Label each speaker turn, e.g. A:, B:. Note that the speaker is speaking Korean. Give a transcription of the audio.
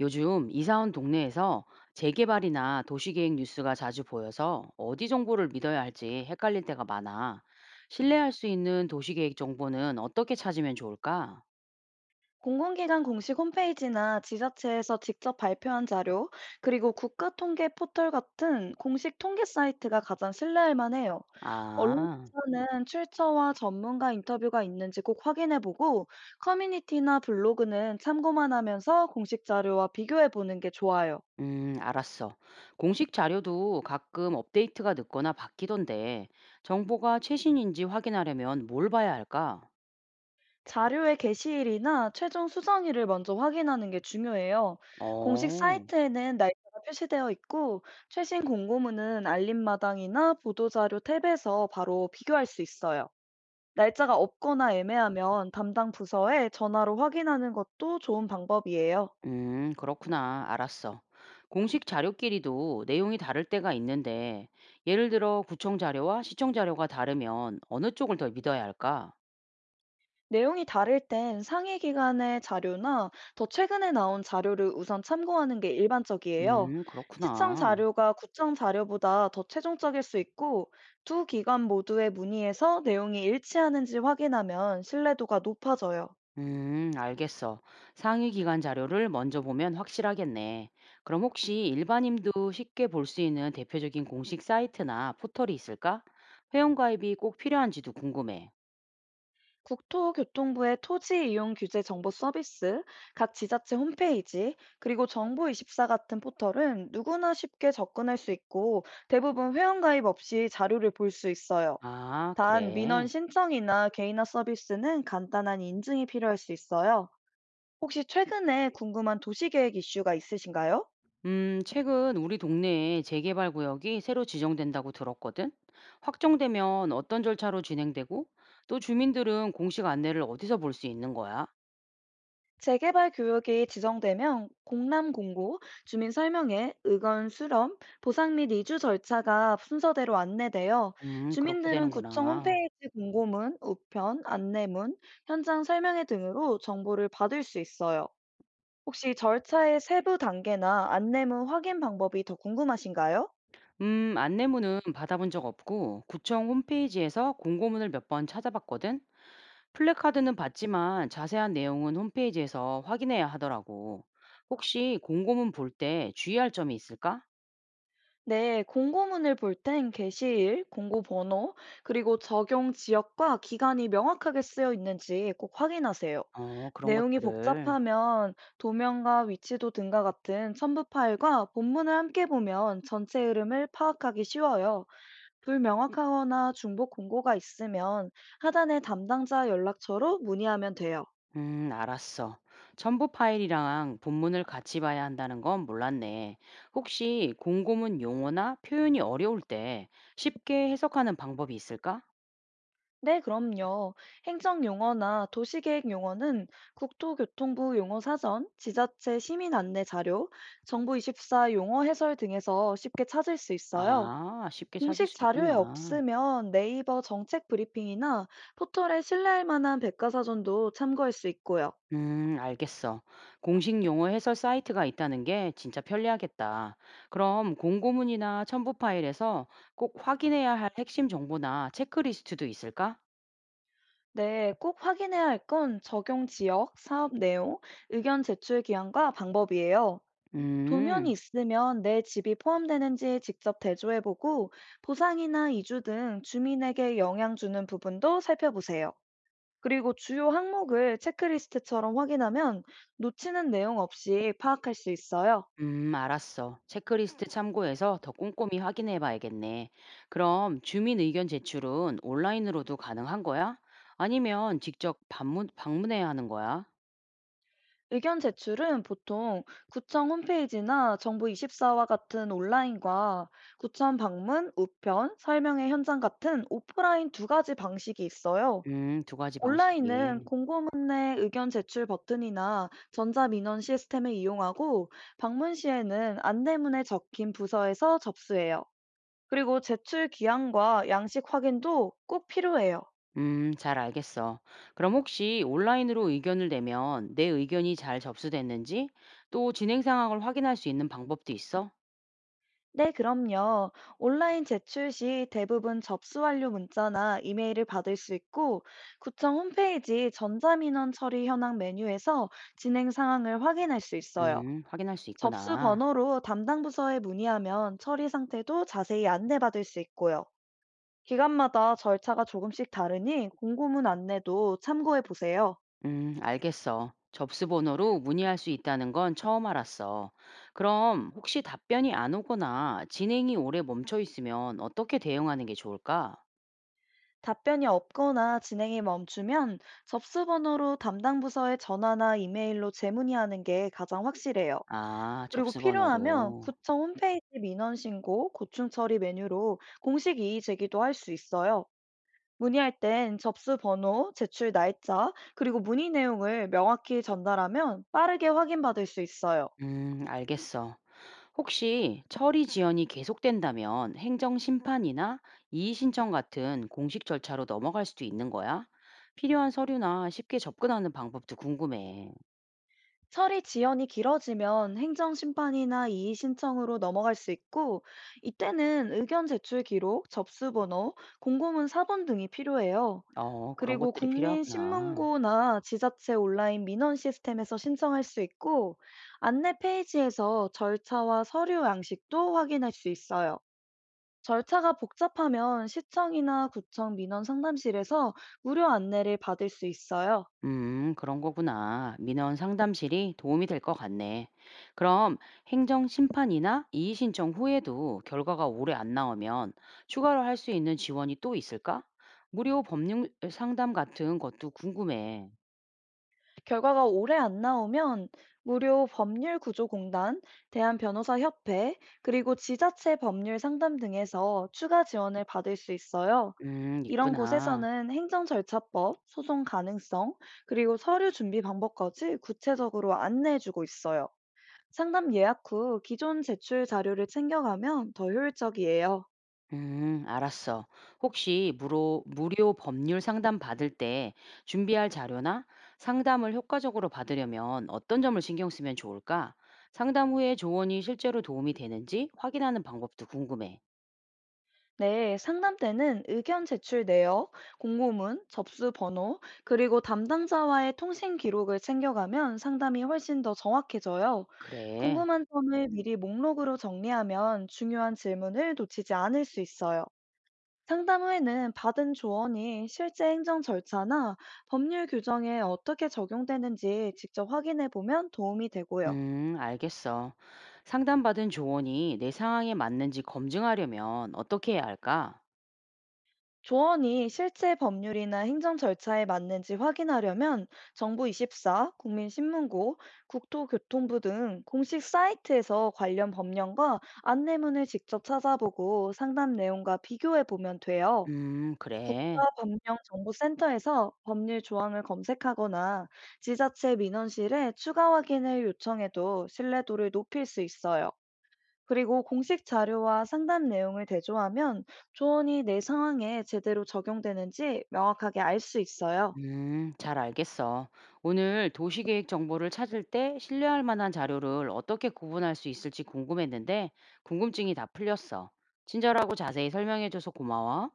A: 요즘 이사 온 동네에서 재개발이나 도시계획 뉴스가 자주 보여서 어디 정보를 믿어야 할지 헷갈릴 때가 많아. 신뢰할 수 있는 도시계획 정보는 어떻게 찾으면 좋을까?
B: 공공기관 공식 홈페이지나 지자체에서 직접 발표한 자료, 그리고 국가 통계 포털 같은 공식 통계 사이트가 가장 신뢰할 만해요. 언론
A: 아,
B: 기사는 출처와 전문가 인터뷰가 있는지 꼭 확인해 보고, 커뮤니티나 블로그는 참고만 하면서 공식 자료와 비교해 보는 게 좋아요.
A: 알았어. 공식 자료도 가끔 업데이트가 늦거나 바뀌던데 정보가 최신인지 확인하려면 뭘 봐야 할까?
B: 자료의 게시일이나 최종 수정일을 먼저 확인하는 게 중요해요. 공식
A: 어.
B: 사이트에는 날짜가 표시되어 있고, 최신 공고문은 알림마당이나 보도자료 탭에서 바로 비교할 수 있어요. 날짜가 없거나 애매하면 담당 부서에 전화로 확인하는 것도 좋은 방법이에요.
A: 그렇구나. 알았어. 공식 자료끼리도 내용이 다를 때가 있는데, 예를 들어 구청 자료와 시청 자료가 다르면 어느 쪽을 더 믿어야 할까?
B: 내용이 다를 땐 상위 기관의 자료나 더 최근에 나온 자료를 우선 참고하는 게 일반적이에요. 시청
A: 그렇구나.
B: 자료가 구청 자료보다 더 최종적일 수 있고 두 기관 모두의 문의에서 내용이 일치하는지 확인하면 신뢰도가 높아져요.
A: 알겠어. 상위 기관 자료를 먼저 보면 확실하겠네. 그럼 혹시 일반인도 쉽게 볼 수 있는 대표적인 공식 사이트나 포털이 있을까? 회원가입이 꼭 필요한지도 궁금해.
B: 국토교통부의 토지 이용 규제 정보 서비스, 각 지자체 홈페이지, 그리고 정보24 같은 포털은 누구나 쉽게 접근할 수 있고 대부분 회원가입 없이 자료를 볼 수 있어요.
A: 아,
B: 단 민원
A: 그래.
B: 신청이나 개인화 서비스는 간단한 인증이 필요할 수 있어요. 혹시 최근에 궁금한 도시계획 이슈가 있으신가요?
A: 최근 우리 동네에 재개발 구역이 새로 지정된다고 들었거든. 확정되면 어떤 절차로 진행되고, 또 주민들은 공식 안내를 어디서 볼 수 있는 거야?
B: 재개발 교육이 지정되면 공람 공고, 주민 설명회, 의견 수렴, 보상 및 이주 절차가 순서대로 안내되어
A: 그렇게
B: 주민들은 구청
A: 되는구나.
B: 홈페이지 공고문, 우편, 안내문, 현장 설명회 등으로 정보를 받을 수 있어요. 혹시 절차의 세부 단계나 안내문 확인 방법이 더 궁금하신가요?
A: 안내문은 받아본 적 없고, 구청 홈페이지에서 공고문을 몇 번 찾아봤거든. 플래카드는 봤지만 자세한 내용은 홈페이지에서 확인해야 하더라고. 혹시 공고문 볼 때 주의할 점이 있을까?
B: 네, 공고문을 볼 땐 게시일, 공고 번호, 그리고 적용 지역과 기간이 명확하게 쓰여 있는지 꼭 확인하세요.
A: 어, 그런
B: 내용이
A: 것들을.
B: 복잡하면 도면과 위치도 등과 같은 첨부 파일과 본문을 함께 보면 전체 흐름을 파악하기 쉬워요. 불명확하거나 중복 공고가 있으면 하단의 담당자 연락처로 문의하면 돼요.
A: 알았어. 첨부 파일이랑 본문을 같이 봐야 한다는 건 몰랐네. 혹시 공고문 용어나 표현이 어려울 때 쉽게 해석하는 방법이 있을까?
B: 네, 그럼요. 행정용어나 도시계획 용어는 국토교통부 용어사전, 지자체 시민 안내 자료, 정부24 용어 해설 등에서 쉽게 찾을 수 있어요.
A: 아, 쉽게 찾을
B: 공식
A: 수
B: 자료에
A: 있구나.
B: 없으면 네이버 정책 브리핑이나 포털에 신뢰할 만한 백과사전도 참고할 수 있고요.
A: 알겠어. 공식 용어 해설 사이트가 있다는 게 진짜 편리하겠다. 그럼 공고문이나 첨부 파일에서 꼭 확인해야 할 핵심 정보나 체크리스트도 있을까?
B: 네, 꼭 확인해야 할 건 적용 지역, 사업 내용, 의견 제출 기한과 방법이에요. 도면이
A: 음.
B: 있으면 내 집이 포함되는지 직접 대조해보고 보상이나 이주 등 주민에게 영향 주는 부분도 살펴보세요. 그리고 주요 항목을 체크리스트처럼 확인하면 놓치는 내용 없이 파악할 수 있어요.
A: 알았어. 체크리스트 참고해서 더 꼼꼼히 확인해 봐야겠네. 그럼 주민 의견 제출은 온라인으로도 가능한 거야? 아니면 직접 방문해야 하는 거야?
B: 의견 제출은 보통 구청 홈페이지나 정부24와 같은 온라인과 구청 방문, 우편, 설명회 현장 같은 오프라인 두 가지 방식이 있어요.
A: 두 가지
B: 온라인은
A: 방식이.
B: 공고문의 의견 제출 버튼이나 전자민원 시스템을 이용하고 방문 시에는 안내문에 적힌 부서에서 접수해요. 그리고 제출 기한과 양식 확인도 꼭 필요해요.
A: 잘 알겠어. 그럼 혹시 온라인으로 의견을 내면 내 의견이 잘 접수됐는지 또 진행 상황을 확인할 수 있는 방법도 있어?
B: 네, 그럼요. 온라인 제출 시 대부분 접수 완료 문자나 이메일을 받을 수 있고, 구청 홈페이지 전자민원 처리 현황 메뉴에서 진행 상황을 확인할 수 있어요.
A: 확인할 수
B: 접수
A: 있구나.
B: 번호로 담당 부서에 문의하면 처리 상태도 자세히 안내받을 수 있고요. 기관마다 절차가 조금씩 다르니 공고문 안내도 참고해 보세요.
A: 알겠어. 접수 번호로 문의할 수 있다는 건 처음 알았어. 그럼 혹시 답변이 안 오거나 진행이 오래 멈춰 있으면 어떻게 대응하는 게 좋을까?
B: 답변이 없거나 진행이 멈추면 접수 번호로 담당 부서에 전화나 이메일로 재문의하는 게 가장 확실해요.
A: 아,
B: 그리고
A: 접수
B: 필요하면
A: 번호로.
B: 구청 홈페이지 민원 신고, 고충 처리 메뉴로 공식 이의 제기도 할 수 있어요. 문의할 땐 접수 번호, 제출 날짜, 그리고 문의 내용을 명확히 전달하면 빠르게 확인받을 수 있어요.
A: 알겠어. 혹시 처리 지연이 계속된다면 행정 심판이나 이의 신청 같은 공식 절차로 넘어갈 수도 있는 거야? 필요한 서류나 쉽게 접근하는 방법도 궁금해.
B: 처리 지연이 길어지면 행정심판이나 이의신청으로 넘어갈 수 있고, 이때는 의견 제출 기록, 접수 번호, 공고문 사본 등이 필요해요.
A: 어, 그런
B: 그리고
A: 것들이 필요하구나.
B: 국민신문고나 지자체 온라인 민원 시스템에서 신청할 수 있고, 안내 페이지에서 절차와 서류 양식도 확인할 수 있어요. 절차가 복잡하면 시청이나 구청 민원 상담실에서 무료 안내를 받을 수 있어요.
A: 그런 거구나. 민원 상담실이 도움이 될 것 같네. 그럼 행정 심판이나 이의 신청 후에도 결과가 오래 안 나오면 추가로 할 수 있는 지원이 또 있을까? 무료 법률 상담 같은 것도 궁금해.
B: 결과가 오래 안 나오면 무료 법률구조공단, 대한변호사협회, 그리고 지자체 법률 상담 등에서 추가 지원을 받을 수 있어요. 이런
A: 있구나.
B: 곳에서는 행정 절차법, 소송 가능성, 그리고 서류 준비 방법까지 구체적으로 안내해주고 있어요. 상담 예약 후 기존 제출 자료를 챙겨가면 더 효율적이에요.
A: 알았어. 혹시 무료 법률 상담 받을 때 준비할 자료나 상담을 효과적으로 받으려면 어떤 점을 신경 쓰면 좋을까? 상담 후에 조언이 실제로 도움이 되는지 확인하는 방법도 궁금해.
B: 네, 상담 때는 의견 제출 내역, 공고문, 접수 번호, 그리고 담당자와의 통신 기록을 챙겨가면 상담이 훨씬 더 정확해져요.
A: 그래.
B: 궁금한 점을 미리 목록으로 정리하면 중요한 질문을 놓치지 않을 수 있어요. 상담 후에는 받은 조언이 실제 행정 절차나 법률 규정에 어떻게 적용되는지 직접 확인해 보면 도움이 되고요.
A: 알겠어. 상담받은 조언이 내 상황에 맞는지 검증하려면 어떻게 해야 할까?
B: 조언이 실제 법률이나 행정 절차에 맞는지 확인하려면 정부24, 국민신문고, 국토교통부 등 공식 사이트에서 관련 법령과 안내문을 직접 찾아보고 상담 내용과 비교해 보면 돼요.
A: 그래.
B: 국가법령정보센터에서 법률 조항을 검색하거나 지자체 민원실에 추가 확인을 요청해도 신뢰도를 높일 수 있어요. 그리고 공식 자료와 상담 내용을 대조하면 조언이 내 상황에 제대로 적용되는지 명확하게 알 수 있어요.
A: 잘 알겠어. 오늘 도시계획 정보를 찾을 때 신뢰할 만한 자료를 어떻게 구분할 수 있을지 궁금했는데, 궁금증이 다 풀렸어. 친절하고 자세히 설명해줘서 고마워.